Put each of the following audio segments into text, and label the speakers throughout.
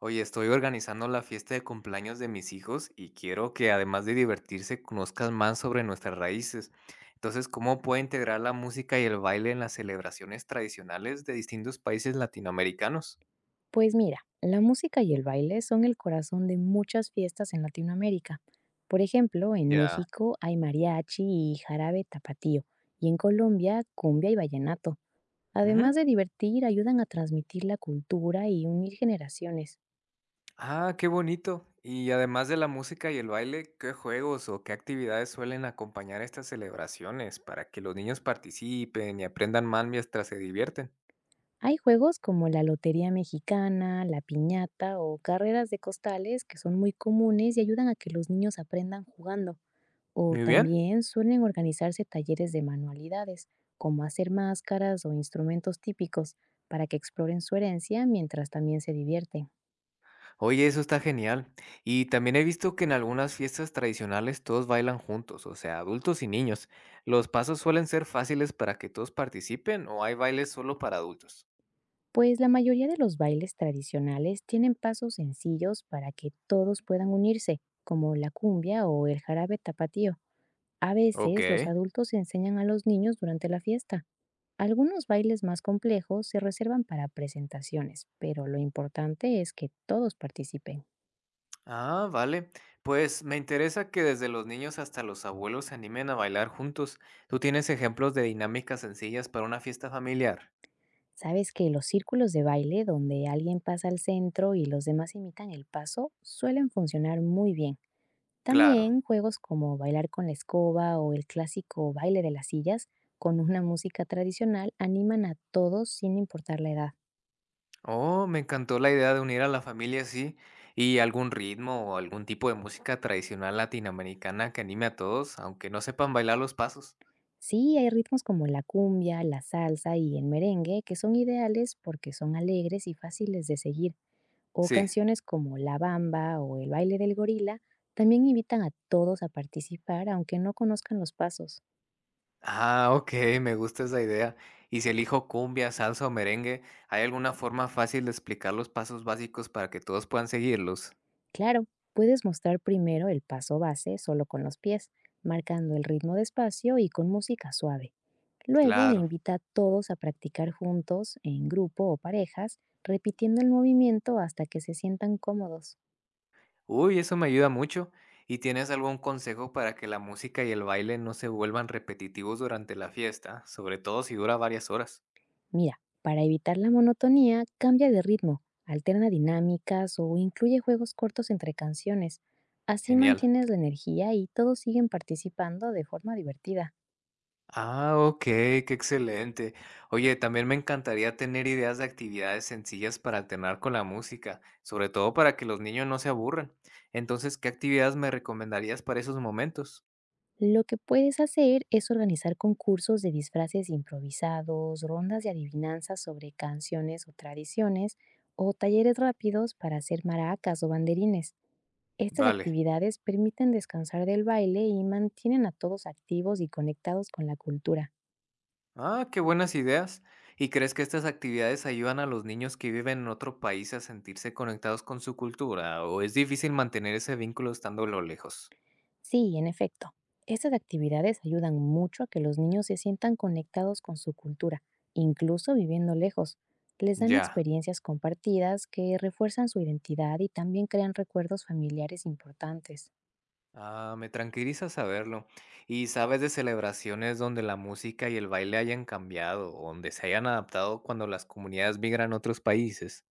Speaker 1: Oye, estoy organizando la fiesta de cumpleaños de mis hijos y quiero que además de divertirse conozcan más sobre nuestras raíces. Entonces, ¿cómo puedo integrar la música y el baile en las celebraciones tradicionales de distintos países latinoamericanos?
Speaker 2: Pues mira, la música y el baile son el corazón de muchas fiestas en Latinoamérica. Por ejemplo, en
Speaker 1: Ya.
Speaker 2: México hay mariachi y jarabe tapatío, y en Colombia cumbia y vallenato. Además
Speaker 1: Ujú.
Speaker 2: de divertir, ayudan a transmitir la cultura y unir generaciones.
Speaker 1: Ah, qué bonito. Y además de la música y el baile, ¿qué juegos o qué actividades suelen acompañar estas celebraciones para que los niños participen y aprendan más mientras se divierten?
Speaker 2: Hay juegos como la lotería mexicana, la piñata o carreras de costales que son muy comunes y ayudan a que los niños aprendan jugando. O
Speaker 1: Muy bien.
Speaker 2: también suelen organizarse talleres de manualidades, como hacer máscaras o instrumentos típicos, para que exploren su herencia mientras también se divierten.
Speaker 1: Oye, eso está genial. Y también he visto que en algunas fiestas tradicionales todos bailan juntos, o sea, adultos y niños. ¿Los pasos suelen ser fáciles para que todos participen o hay bailes solo para adultos?
Speaker 2: Pues la mayoría de los bailes tradicionales tienen pasos sencillos para que todos puedan unirse, como la cumbia o el jarabe tapatío. A
Speaker 1: Ok.
Speaker 2: veces los adultos enseñan a los niños durante la fiesta. Algunos bailes más complejos se reservan para presentaciones, pero lo importante es que todos participen.
Speaker 1: Ah, vale. Pues me interesa que desde los niños hasta los abuelos se animen a bailar juntos. ¿Tú tienes ejemplos de dinámicas sencillas para una fiesta familiar?
Speaker 2: Sabes que los círculos de baile donde alguien pasa al centro y los demás imitan el paso suelen funcionar muy bien.
Speaker 1: Claro.
Speaker 2: También juegos como bailar con la escoba o el clásico baile de las sillas con una música tradicional animan a todos sin importar la edad.
Speaker 1: Oh, me encantó la idea de unir a la familia así y algún ritmo o algún tipo de música tradicional latinoamericana que anime a todos, aunque no sepan bailar los pasos.
Speaker 2: Sí, hay ritmos como la cumbia, la salsa y el merengue que son ideales porque son alegres y fáciles de seguir. O
Speaker 1: Sí.
Speaker 2: canciones como La Bamba o el baile del gorila también invitan a todos a participar aunque no conozcan los pasos.
Speaker 1: Ah, ok, me gusta esa idea. Y si elijo cumbia, salsa o merengue, ¿hay alguna forma fácil de explicar los pasos básicos para que todos puedan seguirlos?
Speaker 2: Claro, puedes mostrar primero el paso base solo con los pies, marcando el ritmo despacio y con música suave. Luego
Speaker 1: Claro.
Speaker 2: invita a todos a practicar juntos, en grupo o parejas, repitiendo el movimiento hasta que se sientan cómodos.
Speaker 1: Uy, eso me ayuda mucho. ¿Y tienes algún consejo para que la música y el baile no se vuelvan repetitivos durante la fiesta, sobre todo si dura varias horas?
Speaker 2: Mira, para evitar la monotonía, cambia de ritmo, alterna dinámicas o incluye juegos cortos entre canciones. Así
Speaker 1: Genial.
Speaker 2: mantienes la energía y todos siguen participando de forma divertida.
Speaker 1: Ah, ok, qué excelente. Oye, también me encantaría tener ideas de actividades sencillas para alternar con la música, sobre todo para que los niños no se aburran. Entonces, ¿qué actividades me recomendarías para esos momentos?
Speaker 2: Lo que puedes hacer es organizar concursos de disfraces improvisados, rondas de adivinanzas sobre canciones o tradiciones, o talleres rápidos para hacer maracas o banderines. Estas
Speaker 1: Vale.
Speaker 2: actividades permiten descansar del baile y mantienen a todos activos y conectados con la cultura.
Speaker 1: Ah, qué buenas ideas. ¿Y crees que estas actividades ayudan a los niños que viven en otro país a sentirse conectados con su cultura, o es difícil mantener ese vínculo estando lo lejos?
Speaker 2: Sí, en efecto. Estas actividades ayudan mucho a que los niños se sientan conectados con su cultura, incluso viviendo lejos. Les dan
Speaker 1: Ya.
Speaker 2: experiencias compartidas que refuerzan su identidad y también crean recuerdos familiares importantes.
Speaker 1: Ah, me tranquiliza saberlo. ¿Y sabes de celebraciones donde la música y el baile hayan cambiado o donde se hayan adaptado cuando las comunidades migran a otros países?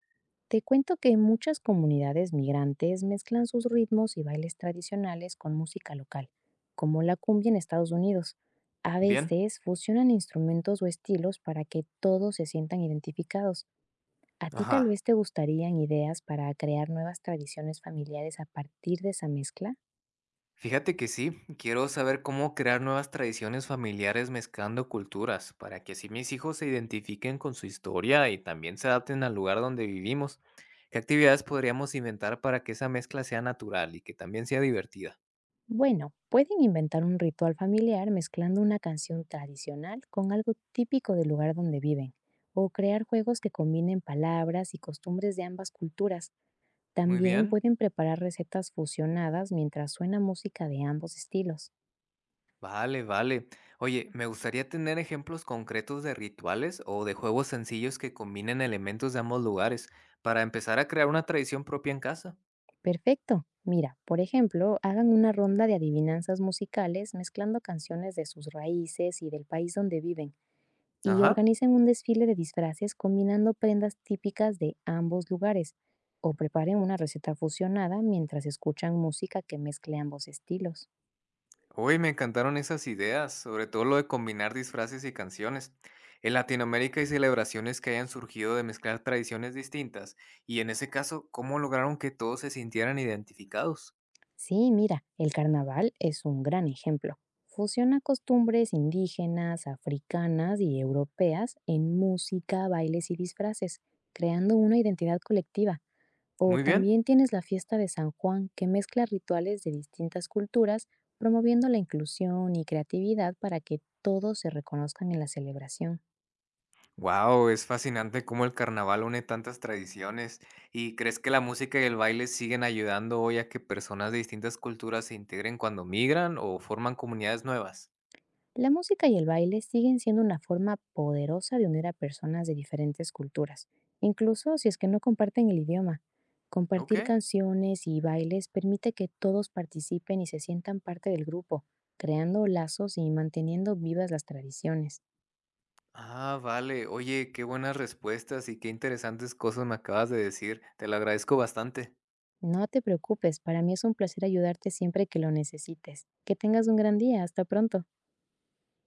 Speaker 2: Te cuento que muchas comunidades migrantes mezclan sus ritmos y bailes tradicionales con música local, como la cumbia en Estados Unidos. A
Speaker 1: Bien.
Speaker 2: veces fusionan instrumentos o estilos para que todos se sientan identificados. A ti tal
Speaker 1: Ajá.
Speaker 2: vez te gustarían ideas para crear nuevas tradiciones familiares a partir de esa mezcla.
Speaker 1: Fíjate que sí, quiero saber cómo crear nuevas tradiciones familiares mezclando culturas, para que así mis hijos se identifiquen con su historia y también se adapten al lugar donde vivimos. ¿Qué actividades podríamos inventar para que esa mezcla sea natural y que también sea divertida?
Speaker 2: Bueno, pueden inventar un ritual familiar mezclando una canción tradicional con algo típico del lugar donde viven, o crear juegos que combinen palabras y costumbres de ambas culturas.
Speaker 1: Muy
Speaker 2: También
Speaker 1: bien.
Speaker 2: pueden preparar recetas fusionadas mientras suena música de ambos estilos.
Speaker 1: Vale, vale. Oye, me gustaría tener ejemplos concretos de rituales o de juegos sencillos que combinen elementos de ambos lugares para empezar a crear una tradición propia en casa.
Speaker 2: Perfecto. Mira, por ejemplo, hagan una ronda de adivinanzas musicales mezclando canciones de sus raíces y del país donde viven y
Speaker 1: Ajá.
Speaker 2: organicen un desfile de disfraces combinando prendas típicas de ambos lugares o preparen una receta fusionada mientras escuchan música que mezcle ambos estilos.
Speaker 1: Uy, me encantaron esas ideas, sobre todo lo de combinar disfraces y canciones. En Latinoamérica hay celebraciones que hayan surgido de mezclar tradiciones distintas, y en ese caso, ¿cómo lograron que todos se sintieran identificados?
Speaker 2: Sí, mira, el carnaval es un gran ejemplo. Fusiona costumbres indígenas, africanas y europeas en música, bailes y disfraces, creando una identidad colectiva. O
Speaker 1: Muy bien.
Speaker 2: también tienes la fiesta de San Juan, que mezcla rituales de distintas culturas, promoviendo la inclusión y creatividad para que todos se reconozcan en la celebración.
Speaker 1: Wow, es fascinante cómo el carnaval une tantas tradiciones. ¿Y crees que la música y el baile siguen ayudando hoy a que personas de distintas culturas se integren cuando migran o forman comunidades nuevas?
Speaker 2: La música y el baile siguen siendo una forma poderosa de unir a personas de diferentes culturas, incluso si es que no comparten el idioma. Compartir
Speaker 1: Ok.
Speaker 2: canciones y bailes permite que todos participen y se sientan parte del grupo, creando lazos y manteniendo vivas las tradiciones.
Speaker 1: Ah, vale. Oye, qué buenas respuestas y qué interesantes cosas me acabas de decir. Te lo agradezco bastante.
Speaker 2: No te preocupes, para mí es un placer ayudarte siempre que lo necesites. Que tengas un gran día, hasta pronto.